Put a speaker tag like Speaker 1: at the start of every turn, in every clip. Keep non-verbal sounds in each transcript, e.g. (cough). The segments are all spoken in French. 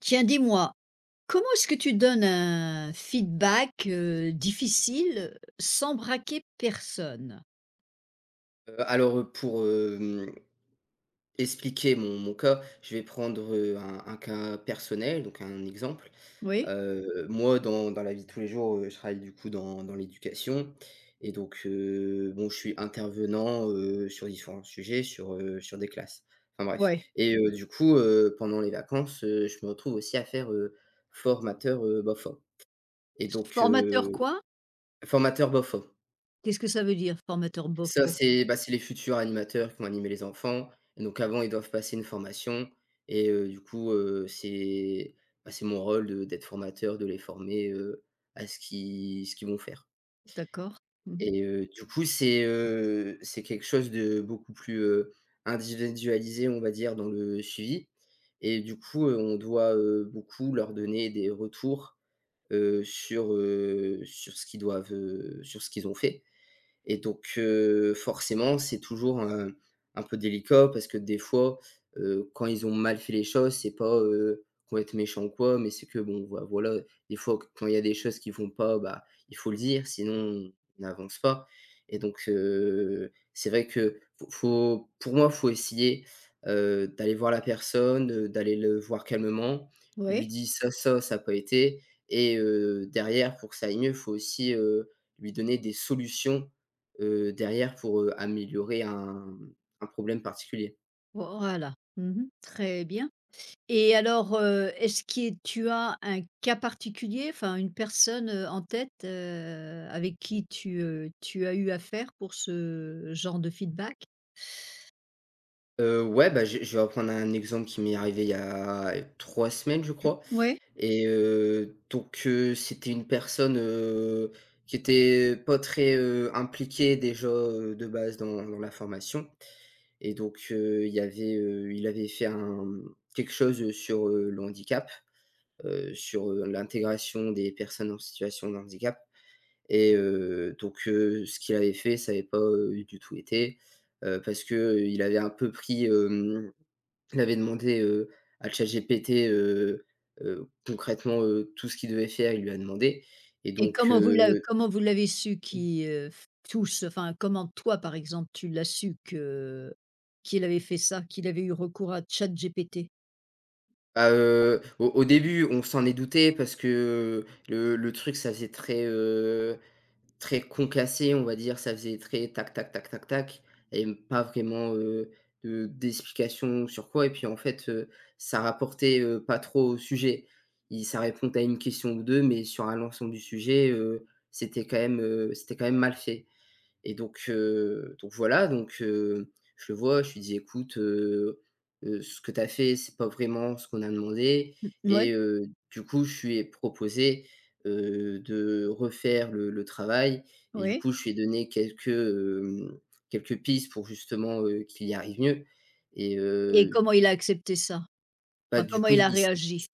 Speaker 1: Tiens, dis-moi, comment est-ce que tu donnes un feedback, difficile sans braquer personne?
Speaker 2: Pour expliquer mon cas, je vais prendre, un cas personnel, donc un exemple.
Speaker 1: Oui?
Speaker 2: Moi, dans la vie de tous les jours, je travaille du coup dans l'éducation, et donc, bon, je suis intervenant, sur différents sujets, sur des classes. Enfin bref.
Speaker 1: Ouais.
Speaker 2: Et du coup, pendant les vacances, je me retrouve aussi à faire, formateur, BOFA, et donc,
Speaker 1: Formateur quoi?
Speaker 2: formateur BOFA.
Speaker 1: Qu'est-ce que ça veut dire formateur
Speaker 2: Ça,
Speaker 1: bofo?
Speaker 2: c'est les futurs animateurs qui vont animer les enfants, et donc avant, ils doivent passer une formation. Et du coup, c'est mon rôle de d'être formateur, de les former, à ce qu'ils vont faire.
Speaker 1: D'accord. Mmh.
Speaker 2: Et du coup, c'est quelque chose de beaucoup plus individualisé, on va dire, dans le suivi. Et du coup, on doit, beaucoup leur donner des retours, sur ce qu'ils doivent, sur ce qu'ils ont fait. Et donc, forcément, c'est toujours un peu délicat parce que des fois, quand ils ont mal fait les choses, c'est pas, qu'on va être méchant ou quoi, mais c'est que bon, bah, voilà, des fois quand il y a des choses qui vont pas, bah, il faut le dire, sinon on n'avance pas. Et donc, c'est vrai que faut, pour moi, faut essayer, d'aller voir la personne, d'aller le voir calmement, lui
Speaker 1: Oui.
Speaker 2: dire: Ça n'a pas été». Et derrière, pour que ça aille mieux, faut aussi, lui donner des solutions, derrière, pour améliorer un problème particulier.
Speaker 1: Voilà. Mmh. Très bien et alors, est-ce que tu as un cas particulier, enfin une personne, en tête, avec qui tu as eu affaire pour ce genre de feedback?
Speaker 2: Ouais, bah, je vais reprendre un exemple qui m'est arrivé il y a 3 semaines, je crois.
Speaker 1: Oui.
Speaker 2: Et donc c'était une personne, qui était pas très impliquée déjà, de base dans la formation. Et donc, il avait fait un, quelque chose, sur, le handicap, sur l'intégration des personnes en situation de handicap. Et donc ce qu'il avait fait, ça n'avait pas, du tout été, parce que il avait un peu pris, hem, il avait demandé, à ChatGPT, concrètement, tout ce qu'il devait faire, il lui a demandé. Et
Speaker 1: Et
Speaker 2: donc,
Speaker 1: comment vous l'avez su comment toi, par exemple, tu l'as su que qu'il avait fait ça, qu'il avait eu recours à ChatGPT?
Speaker 2: au début, on s'en est douté parce que le truc, ça faisait très, très concassé, on va dire, ça faisait très tac tac tac tac tac, et pas vraiment, de d'explication sur quoi. Et puis, en fait, ça rapportait, pas trop au sujet. Il Ça répondait à une question ou deux, mais sur un l'ensemble du sujet, c'était quand même mal fait. Et donc, je le vois, je lui dis: «Écoute, ce que tu as fait, c'est pas vraiment ce qu'on a demandé».
Speaker 1: Mmh, ouais,
Speaker 2: Et du coup, je lui ai proposé, de refaire le travail, et du
Speaker 1: ouais,
Speaker 2: coup, je lui ai donné quelques pistes pour, justement, qu'il y arrive mieux. Et
Speaker 1: et comment il a accepté ça?
Speaker 2: bah,
Speaker 1: Enfin,
Speaker 2: du
Speaker 1: comment
Speaker 2: coup,
Speaker 1: il a
Speaker 2: il il
Speaker 1: réagi?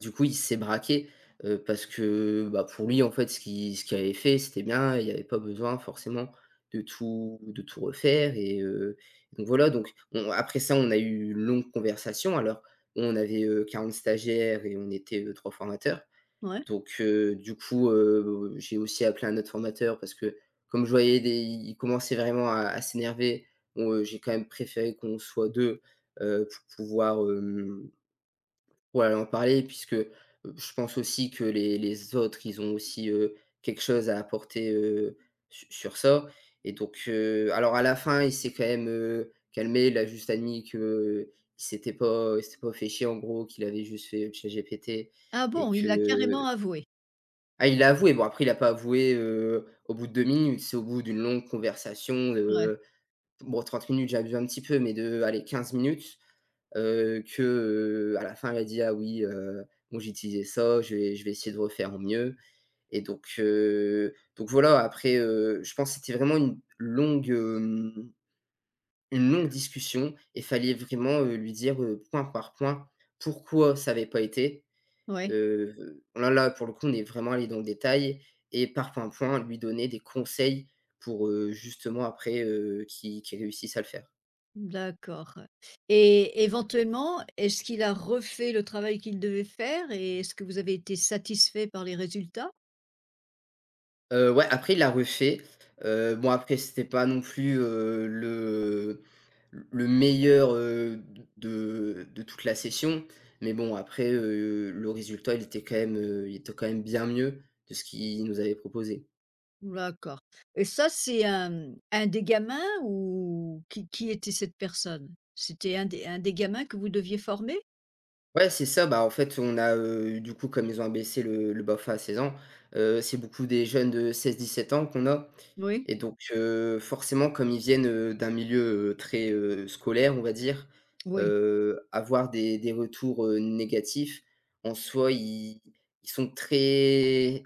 Speaker 2: du coup, il s'est braqué, parce que, bah, pour lui, en fait, ce qu'il avait fait, c'était bien. Il y avait pas besoin forcément de tout refaire. Et donc voilà, donc on après ça, on a eu une longue conversation. Alors, on avait, 40 stagiaires et on était, 3 formateurs.
Speaker 1: Ouais.
Speaker 2: Donc du coup, j'ai aussi appelé un autre formateur, parce que comme je voyais des il commençait vraiment à s'énerver, bon, j'ai quand même préféré qu'on soit deux, pour pouvoir, hem ouais, en parler, puisque je pense aussi que les autres, ils ont aussi, quelque chose à apporter, su sur ça. Et donc, alors à la fin, il s'est quand même, calmé. Il a juste admis qu'il s'était pas fait chier, en gros, qu'il avait juste fait ChatGPT.
Speaker 1: Ah
Speaker 2: Et
Speaker 1: bon, il l'a carrément
Speaker 2: que...
Speaker 1: avoué?
Speaker 2: Ah, il l'a avoué? Bon, après il a pas avoué, au bout de 2 minutes, c'est au bout d'une longue conversation,
Speaker 1: Ouais,
Speaker 2: bon, 30 minutes, j'abuse un petit peu, mais de, allez, 15 minutes, que, à la fin, elle a dit: «Ah oui, moi j'ai utilisé ça, je vais essayer de refaire au mieux». Et donc, après, je pense que c'était vraiment une longue discussion, et fallait vraiment, lui dire, point par point, pourquoi ça n'avait pas été.
Speaker 1: ouais,
Speaker 2: Là, pour le coup, on est vraiment allé dans le détail, et par point, point, lui donner des conseils pour, justement, après, qu'il réussisse à le faire.
Speaker 1: d'accord, et éventuellement, est-ce qu'il a refait le travail qu'il devait faire et est-ce que vous avez été satisfait par les résultats?
Speaker 2: Ouais, après il l'a refait. Bon, après c'était pas non plus, le meilleur, de toute la session. Mais bon, après, le résultat, il était quand même, il était quand même bien mieux de ce qu'il nous avait proposé.
Speaker 1: D'accord. Et ça, c'est un des gamins ou qui était cette personne? C'était un des gamins que vous deviez former?
Speaker 2: Ouais, c'est ça. Bah, en fait, on a, du coup, comme ils ont abaissé le BAFA à 16 ans, c'est beaucoup des jeunes de seize dix-sept ans qu'on a.
Speaker 1: Oui?
Speaker 2: Et donc, forcément, comme ils viennent, d'un milieu, très scolaire, on va dire,
Speaker 1: Oui.
Speaker 2: avoir des retours, négatifs, en soi, ils sont très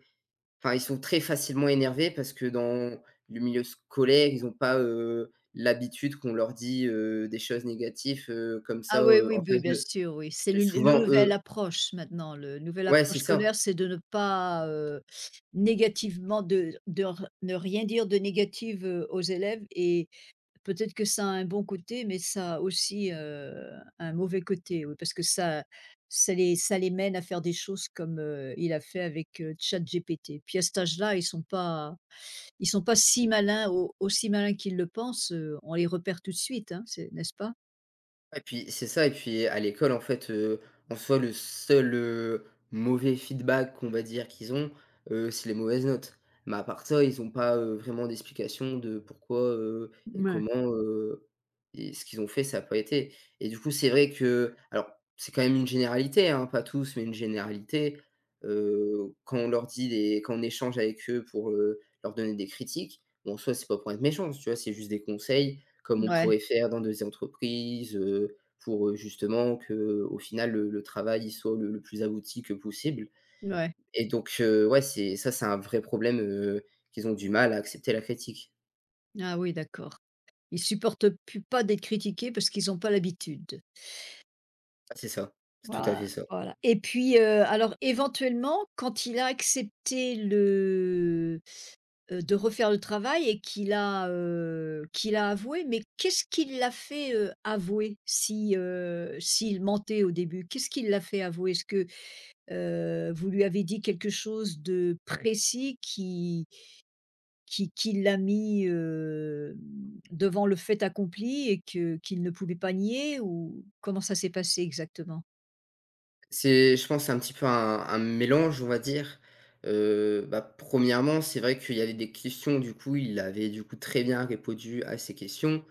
Speaker 2: ils sont très facilement énervés, parce que dans le milieu scolaire, ils n'ont pas, l'habitude qu'on leur dit, des choses négatives, comme ça,
Speaker 1: Ah oui, oui,
Speaker 2: en
Speaker 1: beh,
Speaker 2: face
Speaker 1: bien
Speaker 2: de.
Speaker 1: sûr, oui. C'est le
Speaker 2: Souvent,
Speaker 1: nouvelle
Speaker 2: eux.
Speaker 1: approche maintenant, le nouvelle
Speaker 2: Ouais,
Speaker 1: approche
Speaker 2: c'est ça.
Speaker 1: scolaire, c'est de ne pas, négativement de r ne rien dire de négatif aux élèves et peut-être que ça a un bon côté, mais ça a aussi, un mauvais côté, oui, parce que ça les mène à faire des choses comme, il a fait avec, ChatGPT. Puis à cet âge-là, ils sont pas si malins au aussi malins qu'ils le pensent, on les repère tout de suite, hein, c'est n'est-ce pas?
Speaker 2: Et puis c'est ça. Et puis à l'école, en fait, en soi, le seul, mauvais feedback, qu'on va dire, qu'ils ont, c'est les mauvaises notes. Mais à part ça, ils ont pas, vraiment d'explication de pourquoi, et
Speaker 1: Ouais.
Speaker 2: comment, et ce qu'ils ont fait, ça a pas été. Et du coup, c'est vrai que, alors, c'est quand même une généralité, hein, pas tous, mais une généralité, quand on échange avec eux pour, leur donner des critiques, bon, en soi, c'est pas pour être méchant, tu vois? C'est juste des conseils, comme on
Speaker 1: Ouais,
Speaker 2: pourrait faire dans des entreprises, pour, justement, que au final, le travail il soit le plus abouti que possible.
Speaker 1: ouais.
Speaker 2: Et donc, ouais, c'est ça, c'est un vrai problème, qu'ils ont du mal à accepter la critique.
Speaker 1: Ah oui, d'accord. Ils supportent plus pas d'être critiqués parce qu'ils ont pas l'habitude.
Speaker 2: Ah, c'est ça, c'est tout à
Speaker 1: Voilà,
Speaker 2: fait ça.
Speaker 1: voilà, et puis, alors éventuellement, quand il a accepté le de refaire le travail et qu'il a avoué, mais qu'est-ce qui l'a fait, avouer si, s'il mentait au début? Qu'est-ce qui l'a fait avouer? Vous lui avez dit quelque chose de précis qui l'a mis, devant le fait accompli et que qu'il ne pouvait pas nier ou comment ça s'est passé exactement?
Speaker 2: C'est Je pense c'est un petit peu un mélange, on va dire. Bah, 1°, c'est vrai qu'il y avait des questions, du coup il avait, du coup, très bien répondu à ces questions.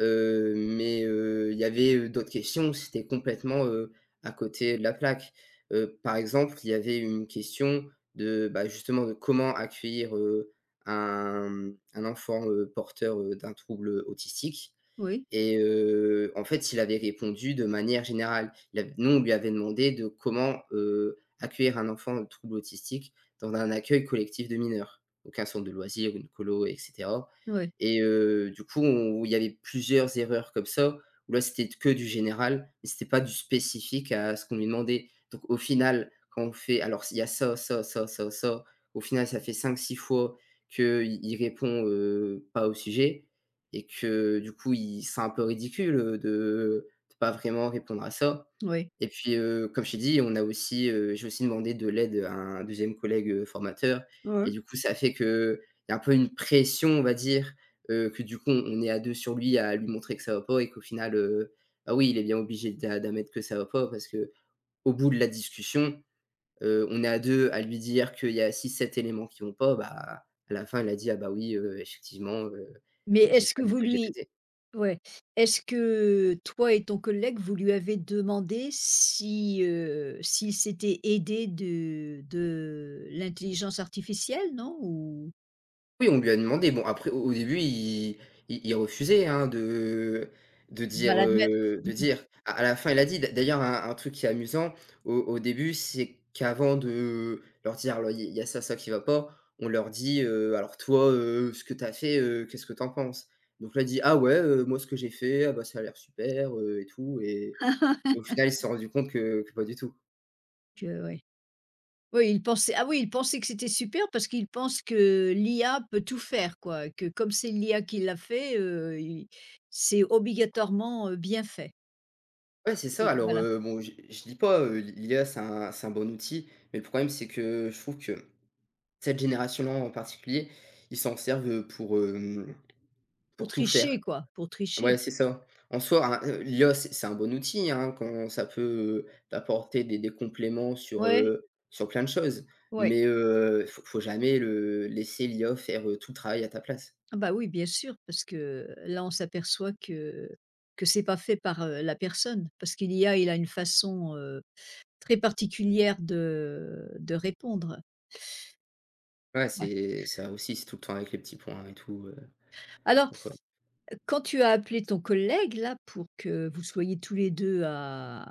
Speaker 2: Mais, il y avait, d'autres questions où c'était complètement, à côté de la plaque. Par exemple, il y avait une question de, bah, justement, de comment accueillir, un enfant, porteur, d'un trouble, autistique.
Speaker 1: Oui,
Speaker 2: Et en fait, il avait répondu de manière générale. Il av Nous, on lui avait demandé de comment, accueillir un enfant en trouble autistique dans un accueil collectif de mineurs, donc un centre de loisirs, une colo, et cetera.
Speaker 1: oui,
Speaker 2: Et du coup, on il y avait plusieurs erreurs comme ça, où là, c'était que du général, mais c'était pas du spécifique à ce qu'on lui demandait. Donc au final, quand on fait, alors, il y a ça, ça, ça, ça, ça, au final, ça fait cinq, six fois qu'il répond, pas au sujet, et que, du coup, il c'est un peu ridicule, de pas vraiment répondre à ça.
Speaker 1: oui,
Speaker 2: Et puis, comme je t'ai dit, j'ai aussi demandé de l'aide à un deuxième collègue, formateur.
Speaker 1: ouais.
Speaker 2: Et du coup, ça fait qu'il y a un peu une pression, on va dire, que, du coup, on est à 2 sur lui à lui montrer que ça va pas, et qu'au final, bah oui, il est bien obligé d'admettre que ça va pas, parce que au bout de la discussion, on est à 2 à lui dire qu'il y a six, sept éléments qui vont pas, bah, à la fin, il a dit: «Ah bah oui, effectivement,
Speaker 1: Mais
Speaker 2: j'ai
Speaker 1: est-ce
Speaker 2: fait
Speaker 1: que
Speaker 2: un
Speaker 1: vous
Speaker 2: test
Speaker 1: lui...
Speaker 2: GPT».
Speaker 1: Ouais. Est-ce que toi et ton collègue, vous lui avez demandé si, s'il s'était aidé de l'intelligence artificielle, non? Ou
Speaker 2: Oui, on lui a demandé. Bon, après au début, il refusait, hein, de de
Speaker 1: va
Speaker 2: dire,
Speaker 1: l'admettre.
Speaker 2: heu,
Speaker 1: (laughs) Mmh
Speaker 2: de
Speaker 1: mh.
Speaker 2: dire. À la fin, il a dit, d'ailleurs un truc qui est amusant au début, c'est qu'avant de leur dire: «Alors il y a ça, ça qui va pas», on leur dit, «Alors toi, ce que tu as fait, qu'est-ce que tu en penses ?» Donc là, il dit: «Ah ouais, moi ce que j'ai fait, ah bah, ça a l'air super, et tout» et au final, ils se sont rendu compte que pas du tout.
Speaker 1: Que ouais. Oui, il pensait, ah oui, il pensait que c'était super parce qu'il pense que l'IA peut tout faire quoi, que comme c'est l'IA qui l'a fait, il c'est obligatoirement, bien fait.
Speaker 2: Ouais, c'est ça.
Speaker 1: Et
Speaker 2: Alors,
Speaker 1: voilà,
Speaker 2: bon, je dis pas, l'IA c'est un bon outil, mais le problème c'est que je trouve que cette génération-là en particulier, ils s'en servent,
Speaker 1: pour
Speaker 2: pour tout
Speaker 1: tricher
Speaker 2: faire.
Speaker 1: quoi, pour tricher.
Speaker 2: Ouais, c'est ça. En soi, l'IA, c'est un bon outil, hein, quand ça peut, t'apporter des compléments sur,
Speaker 1: Ouais,
Speaker 2: sur plein de choses.
Speaker 1: ouais.
Speaker 2: Mais, faut jamais le laisser l'IA faire, tout le travail à ta place.
Speaker 1: Ah bah oui, bien sûr, parce que là, on s'aperçoit que c'est pas fait par, la personne, parce qu'il a une façon, très particulière de répondre.
Speaker 2: Ouais,
Speaker 1: Ouais.
Speaker 2: c'est ça aussi, c'est tout le temps avec les petits points et tout,
Speaker 1: Alors,
Speaker 2: donc ouais.
Speaker 1: quand tu as appelé ton collègue là pour que vous soyez tous les 2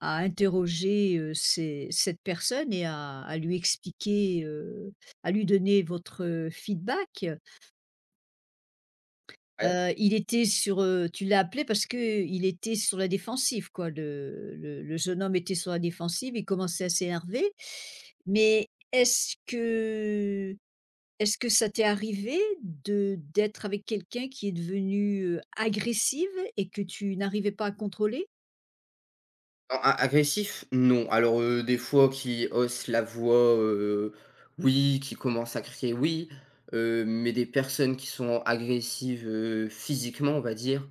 Speaker 1: à interroger, ces cette personne et à lui expliquer, à lui donner votre feedback.
Speaker 2: Ouais.
Speaker 1: Il était sur, tu l'as appelé parce que il était sur la défensive quoi, le jeune homme était sur la défensive, il commençait à s'énerver. Mais est-ce que ça t'est arrivé de d'être avec quelqu'un qui est devenu, agressive et que tu n'arrivais pas à contrôler?
Speaker 2: Alors a agressif, non. Alors, des fois qui hausse la voix, oui, qui commence à crier, oui, mais des personnes qui sont agressives, physiquement, on va dire,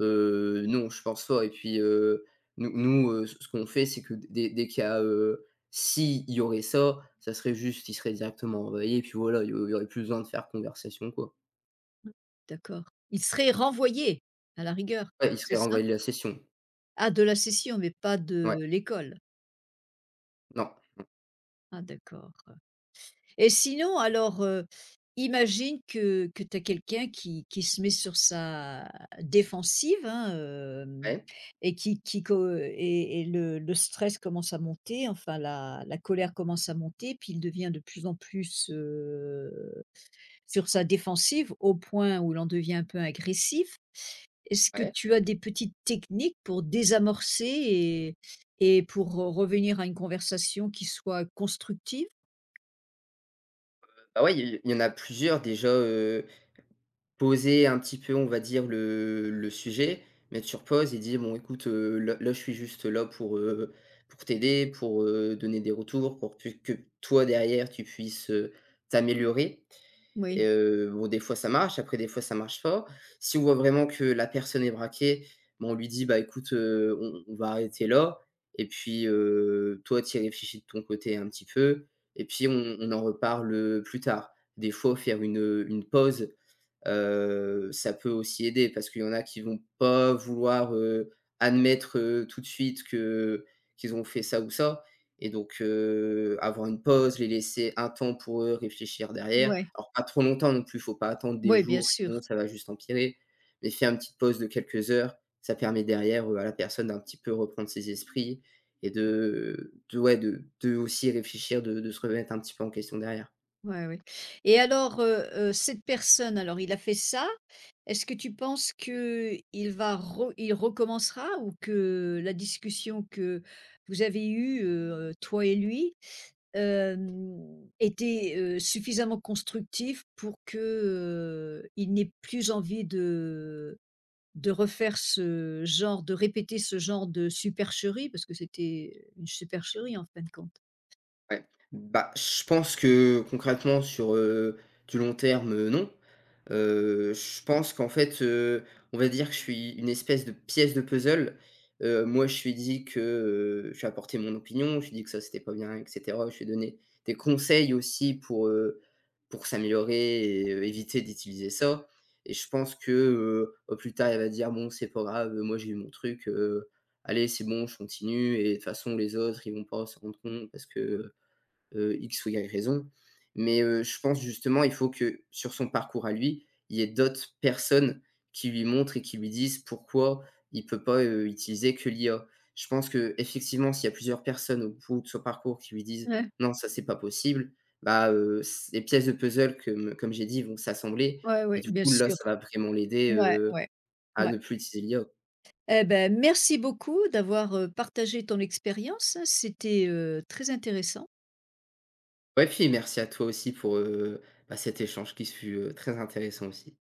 Speaker 2: non, je pense pas et puis, nous nous, ce qu'on fait, c'est que dès qu'il y a, s'il y aurait ça, ça serait juste, il serait directement envoyé et puis voilà, il y aurait plus besoin de faire conversation, quoi.
Speaker 1: D'accord. Il serait renvoyé à la rigueur,
Speaker 2: Ouais, ils
Speaker 1: c'est
Speaker 2: seraient
Speaker 1: ça?
Speaker 2: renvoyés de la session.
Speaker 1: Ah, de la session mais pas
Speaker 2: Ouais,
Speaker 1: de l'école?
Speaker 2: non.
Speaker 1: Ah, d'accord. Et sinon, alors, imagine que tu as quelqu'un qui se met sur sa défensive, hein, hem
Speaker 2: Ouais,
Speaker 1: et qui co et le stress commence à monter, enfin la colère commence à monter, puis il devient de plus en plus, sur sa défensive au point où l'on devient un peu agressif. Est-ce que
Speaker 2: ouais.
Speaker 1: tu as des petites techniques pour désamorcer et pour revenir à une conversation qui soit constructive?
Speaker 2: Bah, ouais, il y en a plusieurs déjà, euh, poser un petit peu, on va dire, le sujet, mettre sur pause et dire: «Bon écoute, là je suis juste là pour t'aider, pour, donner des retours, pour pu que toi derrière tu puisses, t'améliorer» et
Speaker 1: Oui,
Speaker 2: bon des fois ça marche, après des fois ça marche pas. Si on voit vraiment que la personne est braquée, bon on lui dit: «Bah écoute, on va arrêter là et puis, toi tu y réfléchis de ton côté un petit peu et puis on en reparle, plus tard». Des fois faire une pause. Ça peut aussi aider parce qu'il y en a qui vont pas vouloir, admettre, tout de suite que qu'ils ont fait ça ou ça et donc avoir une pause, les laisser un temps pour eux réfléchir derrière.
Speaker 1: ouais.
Speaker 2: Alors pas trop longtemps non plus, il faut pas attendre des
Speaker 1: Ouais, bien
Speaker 2: jours,
Speaker 1: sûr.
Speaker 2: sinon ça va juste empirer, mais faire une petite pause de quelques heures, ça permet derrière, à la personne d'un petit peu reprendre ses esprits et de ouais, de aussi réfléchir, de se remettre un petit peu en question derrière.
Speaker 1: Ouais, ouais. Et alors, cette personne, alors il a fait ça. Est-ce que tu penses que il va re il recommencera ou que la discussion que vous avez eue, toi et lui, hem, était, suffisamment constructive pour que, il n'ait plus envie de refaire ce genre de répéter ce genre de supercherie? Parce que c'était une supercherie en fin de compte.
Speaker 2: Ouais. Bah, je pense que concrètement sur, du long terme, non. Je pense qu'en fait, on va dire que je suis une espèce de pièce de puzzle. Moi, je lui ai dit que, je lui apporté mon opinion, je lui ai dit que ça, c'était pas bien et cetera. Je lui ai donné des conseils aussi pour s'améliorer et éviter d'utiliser ça et je pense que, au plus tard, elle va dire: «Bon, c'est pas grave, moi, j'ai eu mon truc, allez, c'est bon, je continue et de toute façon, les autres, ils vont pas s'en rendre compte parce que» X ou Y raison. Mais, je pense justement, il faut que sur son parcours à lui, il y ait d'autres personnes qui lui montrent et qui lui disent pourquoi il peut pas, utiliser que l'IA. Je pense que effectivement s'il y a plusieurs personnes au bout de son parcours qui lui disent:
Speaker 1: Ouais,
Speaker 2: «Non, ça, c'est pas possible», bah, c les pièces de puzzle comme j'ai dit vont s'assembler
Speaker 1: ouais,
Speaker 2: et
Speaker 1: ouais,
Speaker 2: du
Speaker 1: bien
Speaker 2: coup, là,
Speaker 1: sûr.
Speaker 2: ça va vraiment l'aider,
Speaker 1: Ouais, ouais,
Speaker 2: à
Speaker 1: ouais.
Speaker 2: ne plus utiliser l'IA.
Speaker 1: Eh beh, merci beaucoup d'avoir, partagé ton expérience, hein. C'était, très intéressant.
Speaker 2: Ouais, puis merci à toi aussi pour, bah, cet échange qui fut, très intéressant aussi.